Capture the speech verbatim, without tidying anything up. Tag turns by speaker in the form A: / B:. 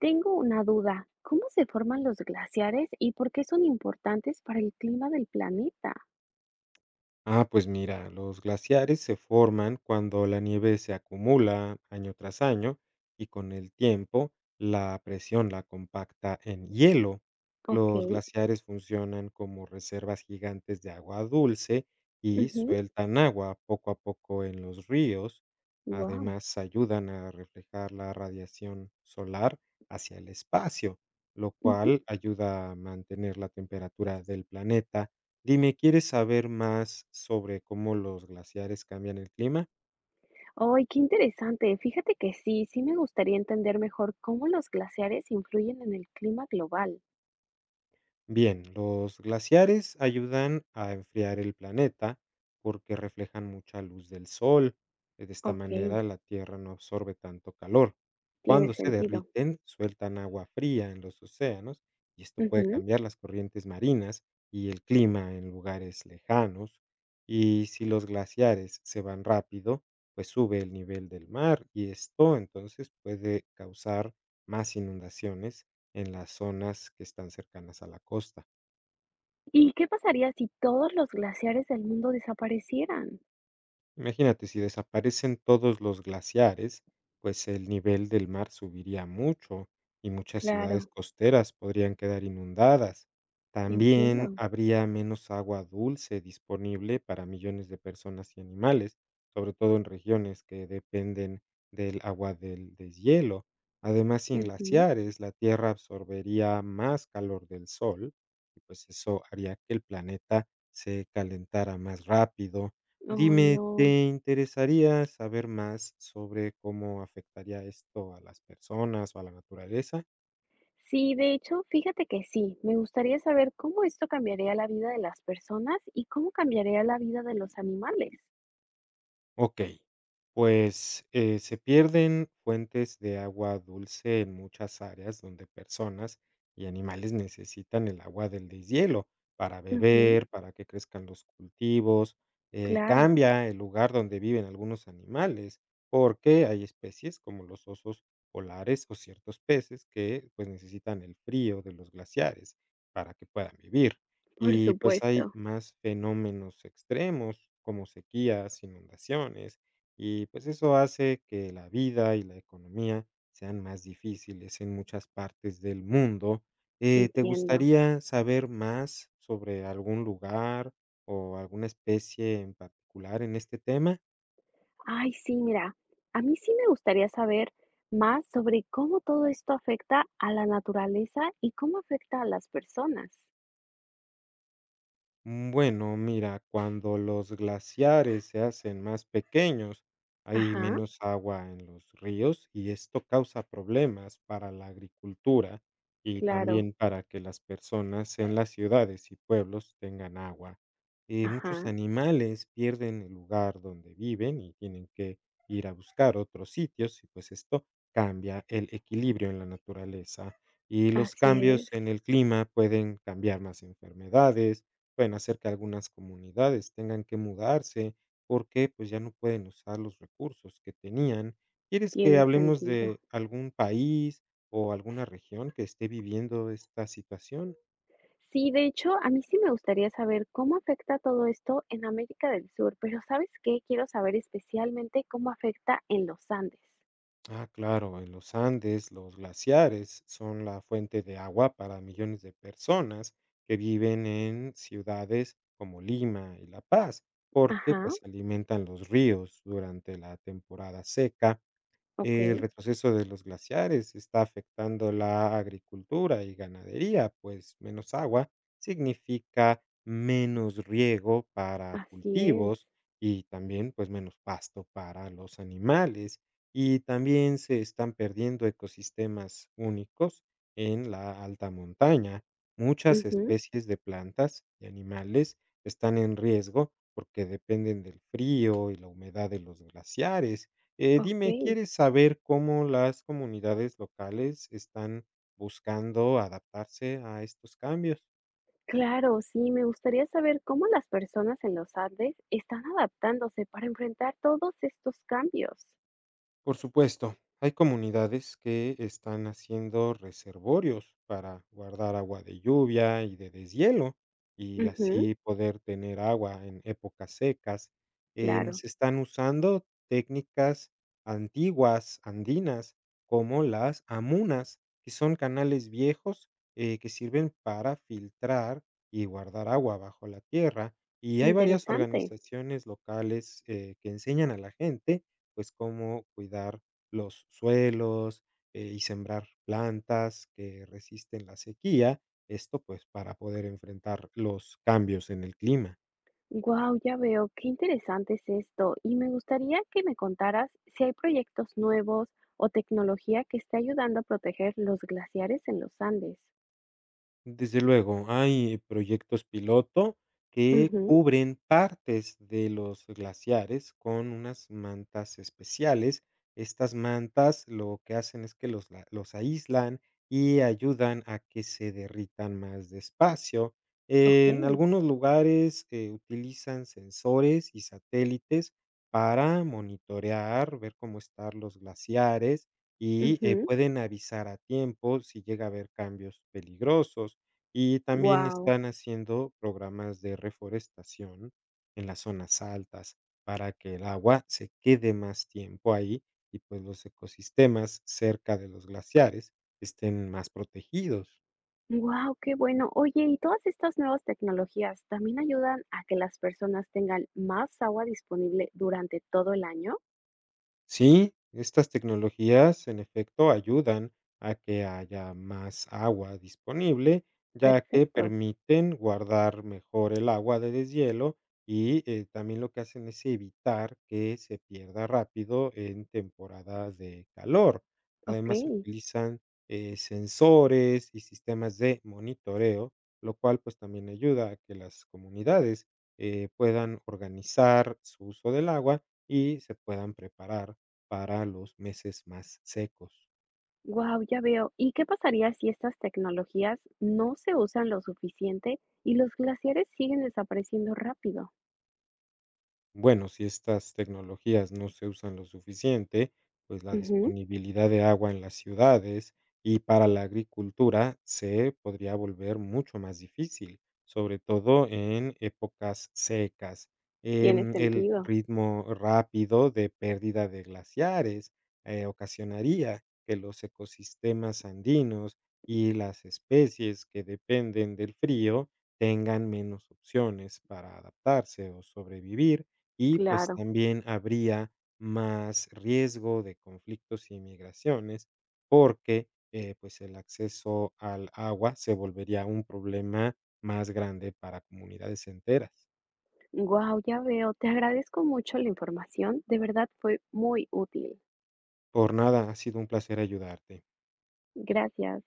A: Tengo una duda. ¿Cómo se forman los glaciares y por qué son importantes para el clima del planeta?
B: Ah, pues mira, los glaciares se forman cuando la nieve se acumula año tras año y con el tiempo la presión la compacta en hielo.
A: Ok.
B: Los glaciares funcionan como reservas gigantes de agua dulce y sueltan agua poco a poco en los ríos.
A: Wow.
B: Además, ayudan a reflejar la radiación solar hacia el espacio, lo cual ayuda a mantener la temperatura del planeta. Dime, ¿quieres saber más sobre cómo los glaciares cambian el clima?
A: ¡Ay, qué interesante! Fíjate que sí, sí me gustaría entender mejor cómo los glaciares influyen en el clima global.
B: Bien, los glaciares ayudan a enfriar el planeta porque reflejan mucha luz del sol. Eh, De esta
A: Ok,
B: manera la Tierra no absorbe tanto calor.
A: tiene
B: Cuando se
A: sentido.
B: derriten, sueltan agua fría en los océanos y esto puede
A: Ujú.
B: cambiar las corrientes marinas y el clima en lugares lejanos. Y si los glaciares se van rápido, pues sube el nivel del mar y esto entonces puede causar más inundaciones en las zonas que están cercanas a la costa.
A: ¿Y qué pasaría si todos los glaciares del mundo desaparecieran?
B: Imagínate, si desaparecen todos los glaciares, pues el nivel del mar subiría mucho y muchas
A: Claro,
B: ciudades costeras podrían quedar inundadas. También
A: entiendo.
B: habría menos agua dulce disponible para millones de personas y animales, sobre todo en regiones que dependen del agua del deshielo. Además, sin
A: Ujú.
B: glaciares, la Tierra absorbería más calor del Sol y pues eso haría que el planeta se calentara más rápido.
A: Ay,
B: Dime,
A: no.
B: ¿te interesaría saber más sobre cómo afectaría esto a las personas o a la naturaleza?
A: Sí, de hecho, fíjate que sí. Me gustaría saber cómo esto cambiaría la vida de las personas y cómo cambiaría la vida de los animales.
B: Ok, pues, eh, se pierden fuentes de agua dulce en muchas áreas donde personas y animales necesitan el agua del deshielo para
A: Ujú,
B: beber, para que crezcan los cultivos, eh,
A: claro,
B: cambia el lugar donde viven algunos animales, porque hay especies como los osos polares o ciertos peces que, pues, necesitan el frío de los glaciares para que puedan vivir.
A: por
B: Y pues hay
A: supuesto,
B: más fenómenos extremos como sequías, inundaciones, y pues eso hace que la vida y la economía sean más difíciles en muchas partes del mundo. Eh, ¿te
A: entiendo.
B: gustaría saber más sobre algún lugar o alguna especie en particular en este tema?
A: Ay, sí, mira, a mí sí me gustaría saber más sobre cómo todo esto afecta a la naturaleza y cómo afecta a las personas.
B: Mm, Bueno, mira, cuando los glaciares se hacen más pequeños, hay
A: Ajá,
B: menos agua en los ríos y esto causa problemas para la agricultura y
A: claro,
B: también para que las personas en las ciudades y pueblos tengan agua. Eh, muchos
A: ajá,
B: animales pierden el lugar donde viven y tienen que ir a buscar otros sitios y pues esto cambia el equilibrio en la naturaleza. Y los
A: así es,
B: cambios en el clima pueden cambiar más enfermedades. Pueden hacer que algunas comunidades tengan que mudarse porque pues ya no pueden usar los recursos que tenían. ¿Quieres que
A: tiene
B: hablemos
A: sentido.
B: de algún país o alguna región que esté viviendo esta situación?
A: Sí, de hecho, a mí sí me gustaría saber cómo afecta todo esto en América del Sur, pero ¿sabes qué? Quiero saber especialmente cómo afecta en los Andes.
B: Ah, claro, en los Andes los glaciares son la fuente de agua para millones de personas que viven en ciudades como Lima y La Paz, porque
A: Ajá,
B: pues alimentan los ríos durante la temporada seca.
A: ok,
B: El retroceso de los glaciares está afectando la agricultura y ganadería, pues menos agua significa menos riego para
A: así es.
B: cultivos y también pues menos pasto para los animales. Y también se están perdiendo ecosistemas únicos en la alta montaña. Muchas
A: Ujú,
B: especies de plantas y animales están en riesgo porque dependen del frío y la humedad de los glaciares. eh,
A: ok,
B: dime, ¿quieres saber cómo las comunidades locales están buscando adaptarse a estos cambios?
A: claro, sí, me gustaría saber cómo las personas en los Andes están adaptándose para enfrentar todos estos cambios.
B: Por supuesto, hay comunidades que están haciendo reservorios para guardar agua de lluvia y de deshielo y
A: Ujú,
B: así poder tener agua en épocas secas. Em,
A: claro,
B: se están usando técnicas antiguas andinas como las amunas, que son canales viejos eh, que sirven para filtrar y guardar agua bajo la tierra. Y hay varias
A: interesante.
B: organizaciones locales eh, que enseñan a la gente pues, cómo cuidar los suelos, eh, y sembrar plantas que resisten la sequía, esto, pues, para poder enfrentar los cambios en el clima.
A: Wow, ya veo, qué interesante es esto. Y me gustaría que me contaras si hay proyectos nuevos o tecnología que esté ayudando a proteger los glaciares en los Andes.
B: Desde luego, hay proyectos piloto que
A: Ujú,
B: cubren partes de los glaciares con unas mantas especiales. Estas mantas lo que hacen es que los, la- los aíslan y ayudan a que se derritan más despacio.
A: ok.
B: En algunos lugares eh, utilizan sensores y satélites para monitorear, ver cómo están los glaciares y eh, pueden avisar a tiempo si llega a haber cambios peligrosos. Y también
A: Wow.
B: están haciendo programas de reforestación en las zonas altas para que el agua se quede más tiempo ahí y, pues, los ecosistemas cerca de los glaciares estén más protegidos.
A: Wow, qué bueno. Oye, ¿y todas estas nuevas tecnologías también ayudan a que las personas tengan más agua disponible durante todo el año?
B: Sí, estas tecnologías en efecto ayudan a que haya más agua disponible, ya que
A: Perfecto.
B: permiten guardar mejor el agua de deshielo y eh, también lo que hacen es evitar que se pierda rápido en temporadas de calor.
A: Ok.
B: Además, utilizan eh, sensores y sistemas de monitoreo, lo cual pues también ayuda a que las comunidades eh, puedan organizar su uso del agua y se puedan preparar para los meses más secos.
A: Wow, ya veo. ¿Y qué pasaría si estas tecnologías no se usan lo suficiente y los glaciares siguen desapareciendo rápido?
B: Bueno, si estas tecnologías no se usan lo suficiente, pues la
A: Ujú,
B: disponibilidad de agua en las ciudades y para la agricultura se podría volver mucho más difícil, sobre todo en épocas secas.
A: tiene
B: Em, el
A: sentido,
B: ritmo rápido de pérdida de glaciares eh, ocasionaría que los ecosistemas andinos y las especies que dependen del frío tengan menos opciones para adaptarse o sobrevivir y, pues,
A: claro.
B: también habría más riesgo de conflictos y migraciones, porque, eh, pues, el acceso al agua se volvería un problema más grande para comunidades enteras.
A: Wow, ya veo. Te agradezco mucho la información. De verdad fue muy útil.
B: Por nada, ha sido un placer ayudarte.
A: Gracias.